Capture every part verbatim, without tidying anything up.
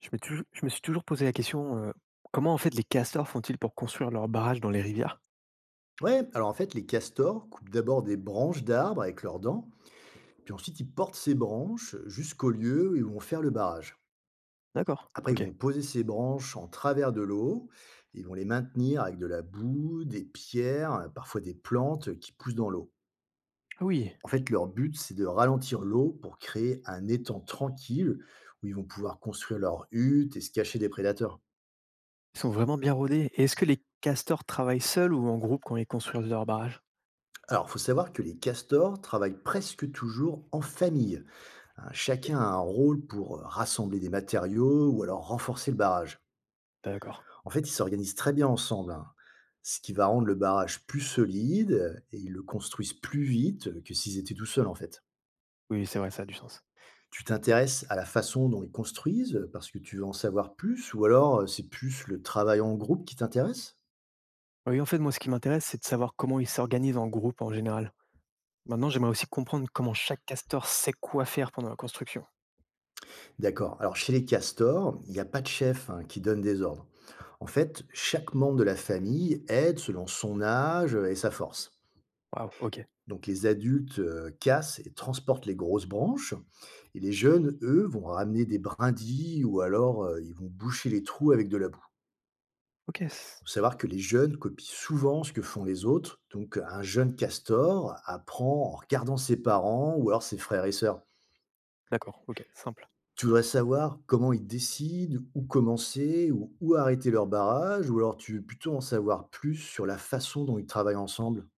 Je me tou je me suis toujours posé la question, heu, comment en fait les castors font-ils pour construire leurs barrages dans les rivières? Ouais, alors en fait, les castors coupent d'abord des branches d'arbres avec leurs dents, puis ensuite ils portent ces branches jusqu'au lieu où ils vont faire le barrage. D'accord, Après, ils OK. vont poser ces branches en travers de l'eau, ils vont les maintenir avec de la boue, des pierres, parfois des plantes qui poussent dans l'eau. Ah oui, En fait, leur but, c'est de ralentir l'eau pour créer un étang tranquille où ils vont pouvoir construire leur hutte et se cacher des prédateurs. ils sont vraiment bien rodés et est-ce que les castors travaillent seuls ou en groupe quand ils construisent leurs barrages? Alors, il faut savoir que les castors travaillent presque toujours en famille. Hein, OK, chacun a un rôle pour euh, rassembler des matériaux ou alors renforcer le barrage. d'accord. En fait, ils s'organisent très bien ensemble, hein, ce qui va rendre le barrage plus solide euh, et ils le construisent plus vite euh, que s'ils étaient tout seuls en fait. Oui, c'est vrai, ça a du sens. Tu t'intéresses à la façon dont ils construisent euh, parce que tu veux en savoir plus ou alors euh, c'est plus le travail en groupe qui t'intéresse. Ah oui, en fait, moi, ce qui m'intéresse, c'est de savoir comment ils s'organisent en groupe en général. Maintenant, j'aimerais aussi comprendre comment chaque castor sait quoi faire pendant la construction. D'accord. Alors chez les castors, il n'y a pas de chef, hein, qui donne des ordres. En fait, chaque membre de la famille aide selon son âge euh, et sa force. Waouh, OK. Donc les adultes, heu, cassent et transportent les grosses branches et les jeunes, eux, vont ramener des brindilles ou alors, heu, ils vont boucher les trous avec de la boue. OK, Il s faut savoir que les jeunes copient souvent ce que font les autres, donc un jeune castor apprend en regardant ses parents ou alors ses frères et sœurs. d'accord, OK, simple. Tu voudrais savoir comment ils décident, où commencer ou où arrêter leur barrage, ou alors tu veux plutôt en savoir plus sur la façon dont ils travaillent ensemble?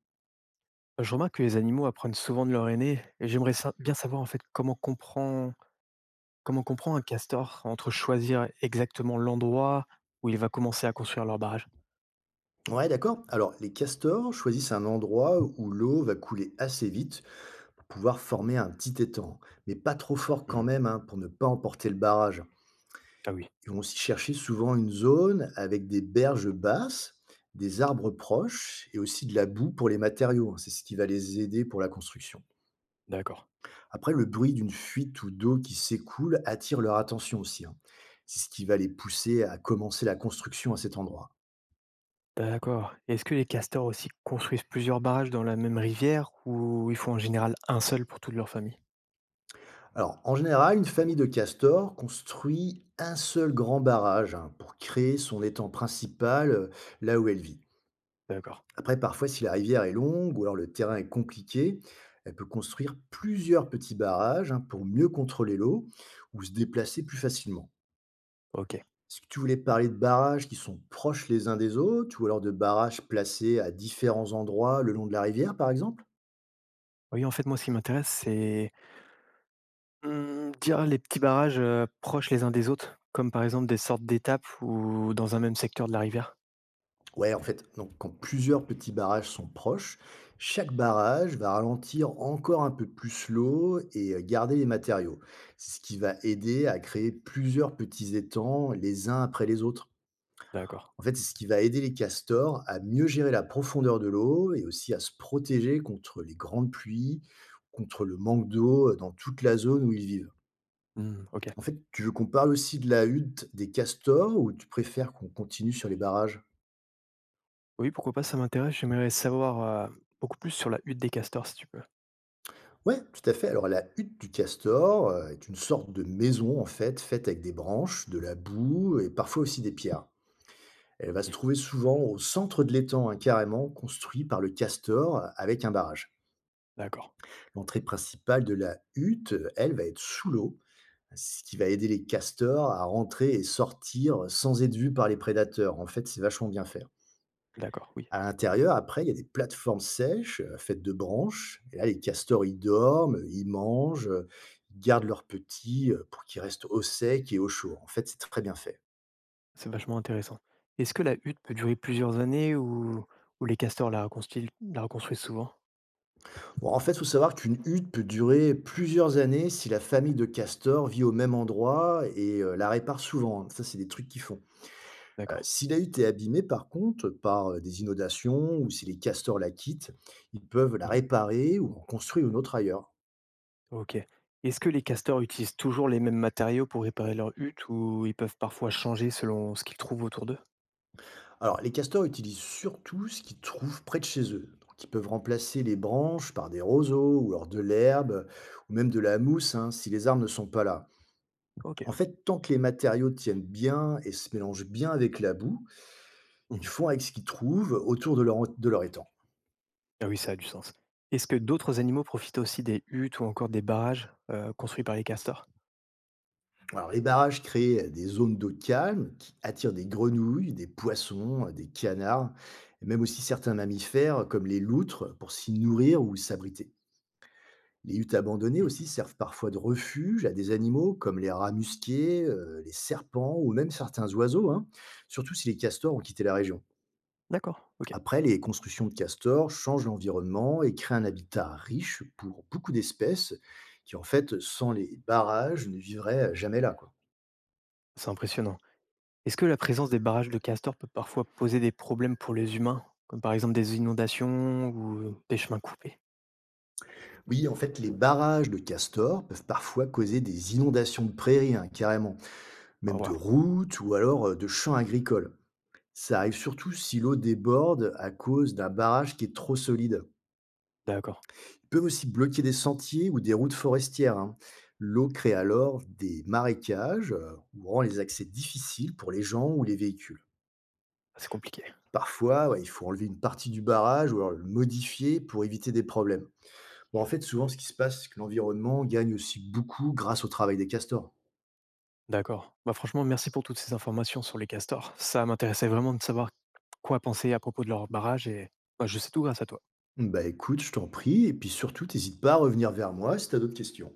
Je remarque que les animaux apprennent souvent de leurs aînés et j'aimerais sa bien savoir en fait comment comprend comment comprend un castor entre choisir exactement l'endroit où il va commencer à construire leur barrage? Ouais, d'accord. Alors, les castors choisissent un endroit où l'eau va couler assez vite pour pouvoir former un petit étang, mais pas trop fort quand Mhm. même, hein, pour ne pas emporter le barrage. Ah oui, Ils vont aussi chercher souvent une zone avec des berges basses, des arbres proches et aussi de la boue pour les matériaux, hein. C'est ce qui va les aider pour la construction. d'accord. Après, le bruit d'une fuite ou d'eau qui s'écoule attire leur attention aussi, hein. C'est ce qui va les pousser à commencer la construction à cet endroit. D'accord. Est-ce que les castors aussi construisent plusieurs barrages dans la même rivière ou ils font en général un seul pour toute leur famille? Alors, en général, une famille de castors construit un seul grand barrage, hein, pour créer son étang principal euh, là où elle vit. D'accord. Après, parfois, si la rivière est longue ou alors le terrain est compliqué, elle peut construire plusieurs petits barrages, hein, pour mieux contrôler l'eau ou se déplacer plus facilement. Ok. Est-ce que tu voulais parler de barrages qui sont proches les uns des autres ou alors de barrages placés à différents endroits le long de la rivière, par exemple? Oui, en fait, moi, ce qui m'intéresse, c'est mmh, dire les petits barrages, heu, proches les uns des autres, comme par exemple des sortes d'étapes ou dans un même secteur de la rivière. Ouais, en fait, donc quand plusieurs petits barrages sont proches, chaque barrage va ralentir encore un peu plus l'eau et euh, garder les matériaux, ce qui va aider à créer plusieurs petits étangs les uns après les autres. D'accord. En fait, c'est ce qui va aider les castors à mieux gérer la profondeur de l'eau et aussi à se protéger contre les grandes pluies, contre le manque d'eau euh, dans toute la zone où ils vivent. Mmh, OK. En fait, tu veux qu'on parle aussi de la hutte des castors ou tu préfères qu'on continue sur les barrages? Oui, pourquoi pas, ça m'intéresse. J'aimerais savoir, heu, beaucoup plus sur la hutte des castors, si tu peux. Ouais, tout à fait. Alors la hutte du castor euh, est une sorte de maison en fait, faite avec des branches, de la boue et parfois aussi des pierres. Elle va se trouver souvent au centre de l'étang, hein, carrément construit par le castor euh, avec un barrage. D'accord, L'entrée principale de la hutte, euh, elle, va être sous l'eau, ce qui va aider les castors à rentrer et sortir sans être vus par les prédateurs. En fait, c'est vachement bien fait. d'accord, oui. À l'intérieur, après, il y a des plateformes sèches, heu, faites de branches et là, les castors, ils dorment, heu, ils mangent, heu, ils gardent leurs petits, heu, pour qu'ils restent au sec et au chaud. En fait, c'est très bien fait. C'est vachement intéressant. Est-ce que la hutte peut durer plusieurs années ou ou les castors la reconstruisent la reconstruisent souvent? Bon, en fait, il faut savoir qu'une hutte peut durer plusieurs années si la famille de castors vit au même endroit et heu, la répare souvent, hein. Ça, c'est des trucs qu'ils font. Heu, D'accord. Si la hutte est abîmée, par contre, par, heu, des inondations ou si les castors la quittent, ils peuvent la Mmh, réparer ou en construire une autre ailleurs. OK. Est-ce que les castors utilisent toujours les mêmes matériaux pour réparer leur hutte ou ils peuvent parfois changer selon ce qu'ils trouvent autour d'eux? Alors, les castors utilisent surtout ce qu'ils trouvent près de chez eux. Donc, ils peuvent remplacer les branches par des roseaux ou alors de l'herbe ou même de la mousse, hein, si les arbres ne sont pas là. OK. En fait, tant que les matériaux tiennent bien et se mélangent bien avec la boue, ils Mmh, font avec ce qu'ils trouvent autour de leur, de leur étang. ah oui, ça a du sens. Est-ce que d'autres animaux profitent aussi des huttes ou encore des barrages, heu, construits par les castors? Alors, les barrages créent des zones d'eau calme qui attirent des grenouilles, des poissons, des canards et même aussi certains mammifères comme les loutres pour s'y nourrir ou s'abriter. Les huttes abandonnées aussi servent parfois de refuge à des animaux comme les rats musqués, euh, les serpents ou même certains oiseaux, hein, surtout si les castors ont quitté la région. D'accord, OK. Après, les constructions de castors changent l'environnement et créent un habitat riche pour beaucoup d'espèces qui, en fait, sans les barrages, ne vivraient jamais là. quoi. C'est impressionnant. Est-ce que la présence des barrages de castors peut parfois poser des problèmes pour les humains, comme par exemple des inondations ou des chemins coupés? Oui, en fait, les barrages de castors peuvent parfois causer des inondations de prairies, hein, carrément, Au même de revoir. routes ou alors euh, de champs agricoles. Ça arrive surtout si l'eau déborde à cause d'un barrage qui est trop solide. D'accord, Ils peuvent aussi bloquer des sentiers ou des routes forestières, hein. L'eau crée alors des marécages euh, ou rend les accès difficiles pour les gens ou les véhicules. ah, c'est compliqué. Parfois, ouais, il faut enlever une partie du barrage ou alors le modifier pour éviter des problèmes. Bon, en fait, souvent, ce qui se passe, c'est que l'environnement gagne aussi beaucoup grâce au travail des castors. D'accord. Bah, franchement, merci pour toutes ces informations sur les castors. Ça m'intéressait vraiment de savoir quoi penser à propos de leur barrage et bah, je sais tout grâce à toi. Bah écoute, je t'en prie, et puis surtout, n'hésite pas à revenir vers moi si tu as d'autres questions.